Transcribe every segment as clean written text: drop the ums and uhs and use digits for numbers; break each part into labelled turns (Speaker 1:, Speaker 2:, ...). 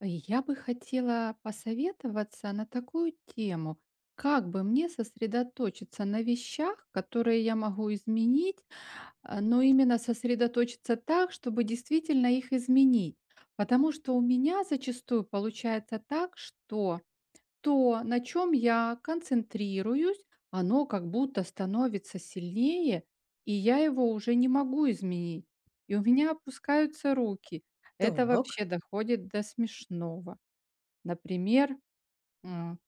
Speaker 1: Я бы хотела посоветоваться на такую тему. Как бы мне сосредоточиться на вещах, которые я могу изменить, но именно сосредоточиться так, чтобы действительно их изменить. Потому что у меня зачастую получается так, что то, на чем я концентрируюсь, оно как будто становится сильнее, и я его уже не могу изменить. И у меня опускаются руки. Это
Speaker 2: Так,
Speaker 1: вообще доходит до смешного. Например, м,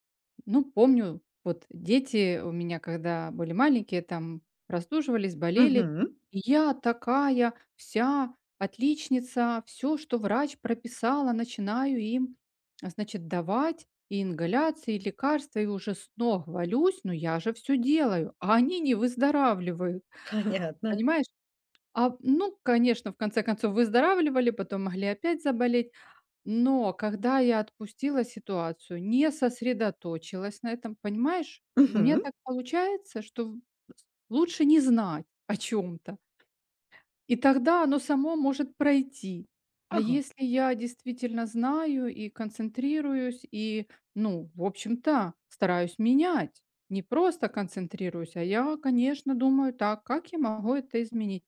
Speaker 1: ну, помню, вот дети у меня, когда были маленькие, там простуживались, болели.
Speaker 2: мгм,
Speaker 1: И я такая вся отличница, все, что врач прописала, начинаю им, значит, давать и ингаляции, и лекарства, и уже с ног валюсь, но я же все делаю, а они не выздоравливают.
Speaker 2: понятно.
Speaker 1: Понимаешь? Ну, конечно, в конце концов выздоравливали, потом могли опять заболеть. Но когда я отпустила ситуацию, не сосредоточилась на этом, понимаешь, у меня
Speaker 2: Мгм,
Speaker 1: так получается, что лучше не знать о чем-то, и тогда оно само может пройти. А
Speaker 2: ага,
Speaker 1: если я действительно знаю и концентрируюсь, и, ну, в общем-то, стараюсь менять, не просто концентрируюсь, а я, конечно, думаю так, как я могу это изменить.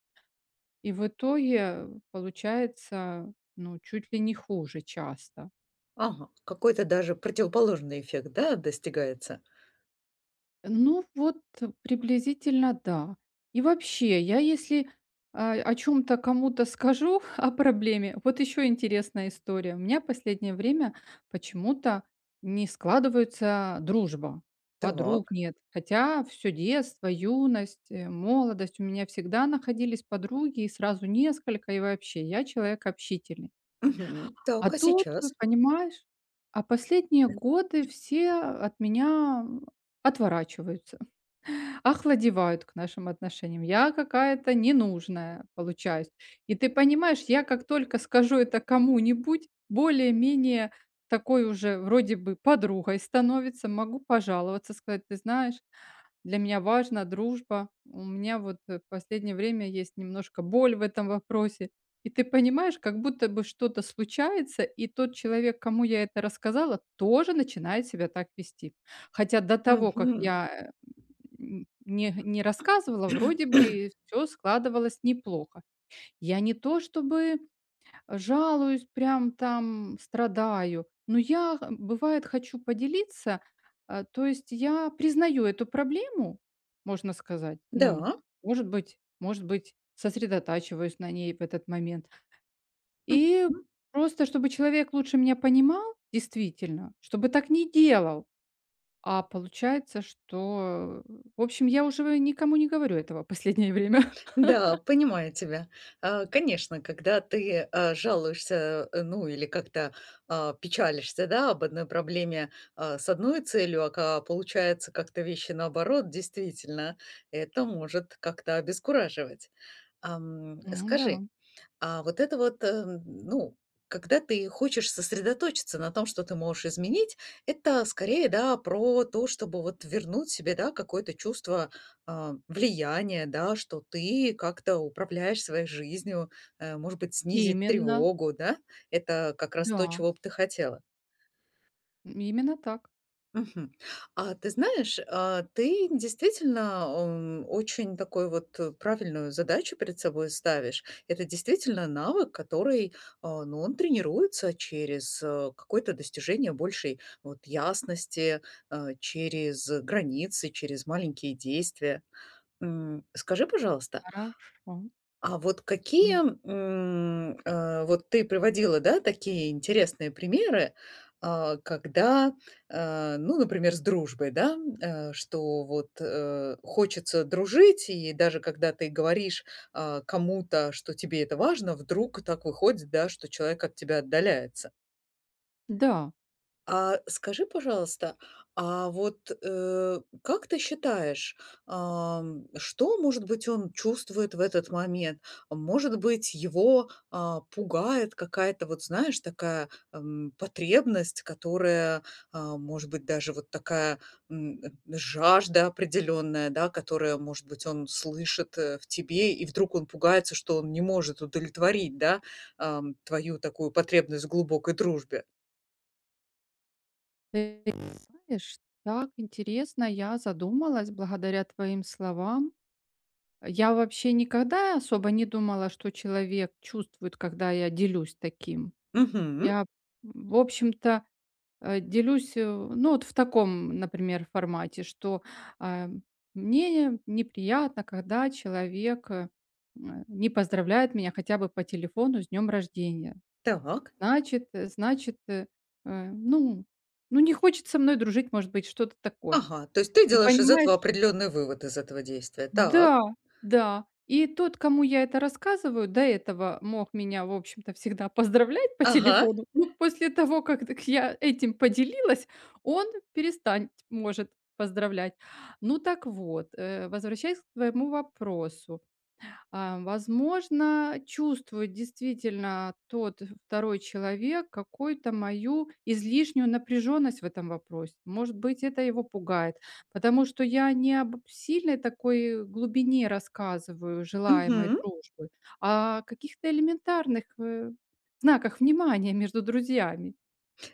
Speaker 1: И в итоге получается, ну, чуть ли не хуже часто.
Speaker 2: ага. Какой-то даже противоположный эффект, да, достигается?
Speaker 1: Ну вот, приблизительно да. И вообще, я если, о чем то кому-то скажу, о проблеме вот еще интересная история. У меня последнее время почему-то не складывается дружба. Подруг
Speaker 2: Так,
Speaker 1: нет. Хотя все детство, юность, молодость у меня всегда находились подруги, и сразу несколько, и вообще, я человек общительный.
Speaker 2: мгм, так,
Speaker 1: А
Speaker 2: а
Speaker 1: тут,
Speaker 2: сейчас?
Speaker 1: понимаешь, а последние годы все от меня отворачиваются, охладевают к нашим отношениям. Я какая-то ненужная получаюсь. И ты понимаешь, я как только скажу это кому-нибудь, более-менее такой уже вроде бы подругой становится, могу пожаловаться, сказать, ты знаешь, для меня важна дружба, у меня вот в последнее время есть немножко боль в этом вопросе. И ты понимаешь, как будто бы что-то случается, и тот человек, кому я это рассказала, тоже начинает себя так вести. Хотя до того, как
Speaker 2: Мгм,
Speaker 1: я н не не рассказывала, вроде бы все складывалось неплохо. Я не то чтобы жалуюсь, прям там страдаю, но я, х бывает, хочу поделиться. То есть я признаю эту проблему, можно сказать. Ну,
Speaker 2: да,
Speaker 1: может быть, сосредотачиваюсь на ней в этот момент. И
Speaker 2: м,
Speaker 1: просто чтобы человек лучше меня понимал, действительно, чтобы так не делал. А получается, что, в общем, я уже никому не говорю этого последнее время.
Speaker 2: да, понимаю тебя. Конечно, когда ты, жалуешься, ну, или как-то, печалишься, да, об одной проблеме, с одной целью, а ка получается как-то вещи наоборот, действительно, это может как-то обескураживать.
Speaker 1: Да.
Speaker 2: Скажи, а вот это вот, ну, когда ты хочешь сосредоточиться на том, что ты можешь изменить, это скорее, да, про то, чтобы вот вернуть себе, да, какое-то чувство влияния, да, что ты как-то управляешь своей жизнью, может быть, снизить
Speaker 1: Именно,
Speaker 2: тревогу, да, это как раз то,
Speaker 1: да,
Speaker 2: чего бы ты хотела.
Speaker 1: именно так.
Speaker 2: Мгм. А ты знаешь, ты действительно, очень такой вот, правильную задачу перед собой ставишь. Это действительно навык, который, ну, он тренируется через какое-то достижение большей вот ясности, через границы, через маленькие действия. Скажи, пожалуйста,
Speaker 1: Хорошо.
Speaker 2: а вот какие,
Speaker 1: М.
Speaker 2: вот ты приводила, да, такие интересные примеры, когда, ну, например, с дружбой, да, что вот хочется дружить, и даже когда ты говоришь кому-то, что тебе это важно, вдруг так выходит, да, что человек от тебя отдаляется.
Speaker 1: Да,
Speaker 2: А скажи, пожалуйста, а вот, как ты считаешь, что, может быть, он чувствует в этот момент? Может быть, его, пугает какая-то, вот знаешь, такая, потребность, которая, может быть, даже вот такая, жажда определенная, да, которая, может быть, он слышит, в тебе, и вдруг он пугается, что он не может удовлетворить, да, твою такую потребность в глубокой дружбе.
Speaker 1: ты знаешь, так интересно, я задумалась благодаря твоим словам. Я вообще никогда особо не думала, что человек чувствует, когда я делюсь таким.
Speaker 2: Мгм.
Speaker 1: Я, в общем-то. Делюсь, ну, вот в таком, например, формате, что, а, мне неприятно, когда человек, не поздравляет меня хотя бы по телефону с днем рождения.
Speaker 2: Так.
Speaker 1: Значит, значит, э, ну ну, не хочет со мной дружить, может быть, что-то такое.
Speaker 2: Ага, то есть ты
Speaker 1: И
Speaker 2: делаешь из
Speaker 1: понимаешь,
Speaker 2: этого определенный вывод, из этого действия. Так.
Speaker 1: да, да. И тот, кому я это рассказываю, до этого мог меня, в общем-то, всегда поздравлять по
Speaker 2: Ага.
Speaker 1: телефону. Но после того, как так я этим поделилась, он перестать может поздравлять. Ну так вот, возвращаясь к твоему вопросу. Возможно, чувствует действительно тот второй человек какую-то мою излишнюю напряженность в этом вопросе. Может быть, это его пугает, потому что я не об сильной такой глубине рассказываю желаемой
Speaker 2: Мгм.
Speaker 1: дружбы, а о каких-то элементарных знаках внимания между друзьями.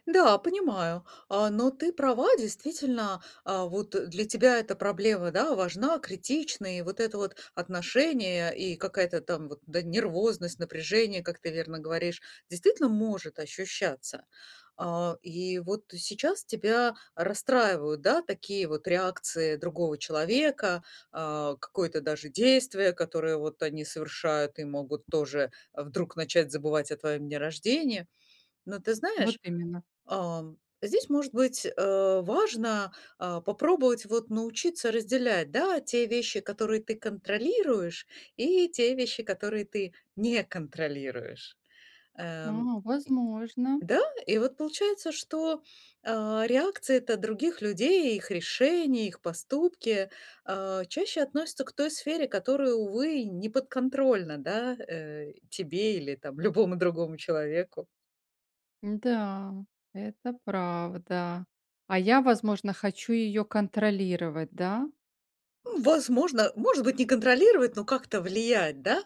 Speaker 2: Да, понимаю. Но ты права, действительно, вот для тебя эта проблема, да, важна, критична, и вот это вот отношение и какая-то там вот, да, нервозность, напряжение, как ты верно говоришь, действительно может ощущаться. И вот сейчас тебя расстраивают, да, такие вот реакции другого человека, какое-то даже действие, которое вот они совершают и могут тоже вдруг начать забывать о твоем дне рождения. Но ты
Speaker 1: Вот
Speaker 2: знаешь,
Speaker 1: именно.
Speaker 2: Здесь, может быть, важно, попробовать вот научиться разделять, да, те вещи, которые ты контролируешь, и те вещи, которые ты не контролируешь. Эм,
Speaker 1: А, возможно.
Speaker 2: да, и вот получается, что, реакции это других людей, их решения, их поступки, чаще относятся к той сфере, которая, увы, не подконтрольна, да, тебе или там любому другому человеку.
Speaker 1: Да, это правда. А я, возможно, хочу ее контролировать, да?
Speaker 2: Возможно, может быть, не контролировать, но как-то влиять, да?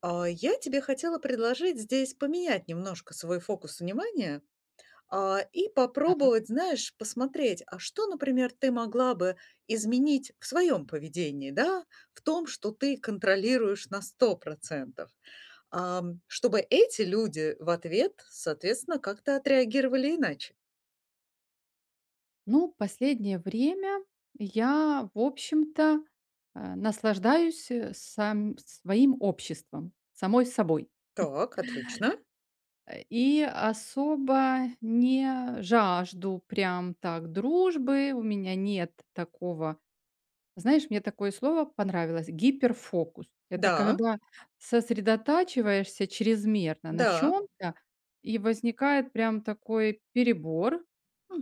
Speaker 2: Я тебе хотела предложить здесь поменять немножко свой фокус внимания, и
Speaker 1: Так.
Speaker 2: попробовать, знаешь, посмотреть, а что, например, ты могла бы изменить в своем поведении, да, в том, что ты контролируешь на 100, чтобы эти люди в ответ, соответственно, как-то отреагировали иначе.
Speaker 1: Ну, последнее время я, в общем-то, наслаждаюсь сам своим обществом, самой собой.
Speaker 2: Так, отлично.
Speaker 1: И особо не жажду прям так дружбы, у меня нет такого. Знаешь, мне такое слово понравилось – гиперфокус. Это
Speaker 2: Да,
Speaker 1: когда сосредотачиваешься чрезмерно на
Speaker 2: да,
Speaker 1: чем-то, и возникает прям такой перебор.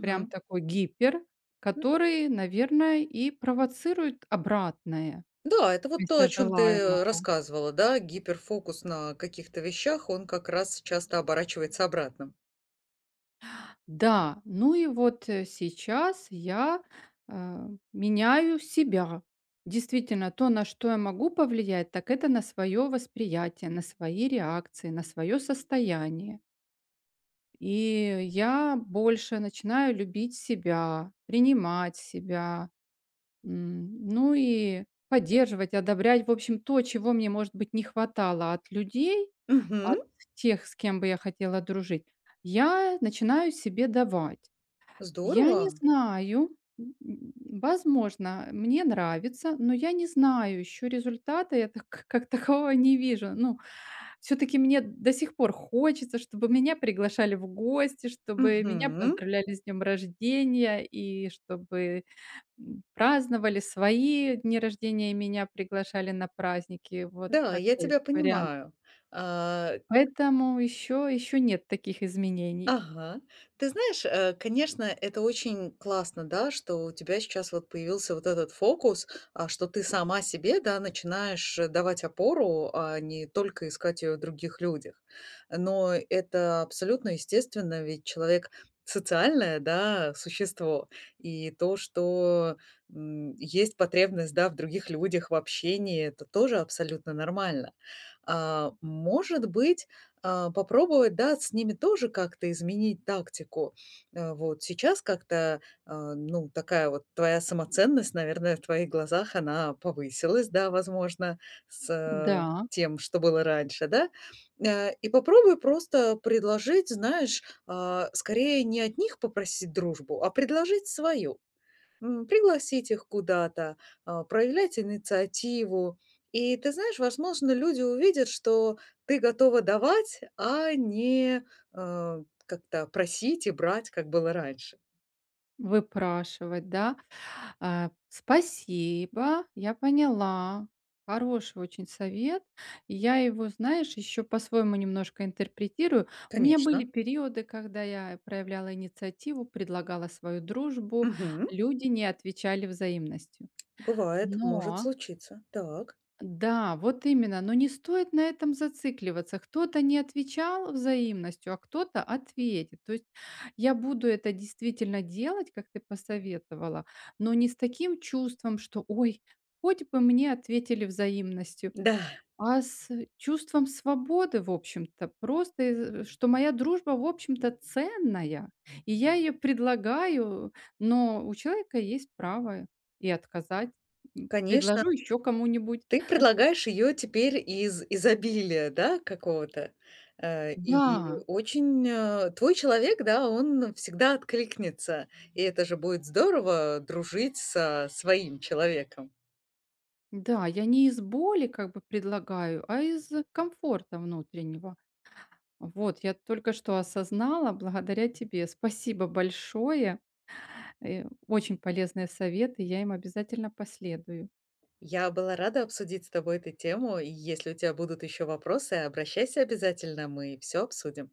Speaker 1: Прям такой гипер, который, наверное, и провоцирует обратное
Speaker 2: Да, это вот то, о
Speaker 1: вместо
Speaker 2: чем ты
Speaker 1: желаемого.
Speaker 2: рассказывала, да, гиперфокус на каких-то вещах, он как раз часто оборачивается обратным.
Speaker 1: Да, ну и вот, сейчас я, меняю себя. Действительно, то, на что я могу повлиять, так это на свое восприятие, на свои реакции, на свое состояние. И я больше начинаю любить себя, принимать себя, ну и поддерживать, одобрять, в общем, то, чего мне, может быть, не хватало от людей,
Speaker 2: Мгм.
Speaker 1: от тех, с кем бы я хотела дружить, я начинаю себе давать. Я не
Speaker 2: Здорово.
Speaker 1: знаю, м, м, возможно, мне нравится, но я не знаю еще результата, я так как такового не вижу. Ну, все-таки мне до сих пор хочется, чтобы меня приглашали в гости, чтобы меня
Speaker 2: Мгм.
Speaker 1: поздравляли с днем рождения и чтобы праздновали свои дни рождения, и меня приглашали на праздники. Вот
Speaker 2: Да, я
Speaker 1: такой
Speaker 2: тебя
Speaker 1: вариант.
Speaker 2: понимаю. А,
Speaker 1: Поэтому еще нет таких изменений.
Speaker 2: Ага. Ты знаешь, конечно, это очень классно, да, что у тебя сейчас вот появился вот этот фокус, что ты сама себе, да, начинаешь давать опору, а не только искать ее в других людях. Но это абсолютно естественно, ведь человек социальное, да, существо. И то, что есть потребность, да, в других людях, в общении, это тоже абсолютно нормально. Может быть, попробовать, да, с ними тоже как-то изменить тактику. Вот сейчас как-то, ну, такая вот твоя самоценность, наверное, в твоих глазах она повысилась, да, возможно, с
Speaker 1: Да,
Speaker 2: тем, что было раньше, да. И попробуй просто предложить, знаешь, скорее не от них попросить дружбу, а предложить свою. Пригласить их куда-то, проявлять инициативу. И ты знаешь, возможно, люди увидят, что ты готова давать, а не, как-то просить и брать, как было раньше.
Speaker 1: выпрашивать, да. А, спасибо, я поняла. Хороший очень совет. Я его, знаешь, еще по-своему немножко интерпретирую. У меня были
Speaker 2: Конечно.
Speaker 1: периоды, когда я проявляла инициативу, предлагала свою дружбу,
Speaker 2: Мгм.
Speaker 1: люди не отвечали взаимностью.
Speaker 2: Бывает, может
Speaker 1: Но
Speaker 2: случиться. Так.
Speaker 1: да, вот именно, но не стоит на этом зацикливаться. Кто-то не отвечал взаимностью, а кто-то ответит. То есть я буду это действительно делать, как ты посоветовала, но не с таким чувством, что ой, хоть бы мне ответили взаимностью,
Speaker 2: Да,
Speaker 1: а с чувством свободы, в общем-то, просто, что моя дружба, в общем-то, ценная, и я ее предлагаю, но у человека есть право и отказать.
Speaker 2: конечно.
Speaker 1: Предложу еще кому-нибудь.
Speaker 2: Ты предлагаешь ее теперь из изобилия, да, какого-то.
Speaker 1: Да,
Speaker 2: И очень, твой человек, да, он всегда откликнется, и это же будет здорово дружить со своим человеком.
Speaker 1: да, я не из боли как бы предлагаю, а из комфорта внутреннего. Вот, я только что осознала благодаря тебе. Спасибо большое. Очень полезные советы, я им обязательно последую.
Speaker 2: Я была рада обсудить с тобой эту тему, и если у тебя будут еще вопросы, обращайся обязательно, мы все обсудим.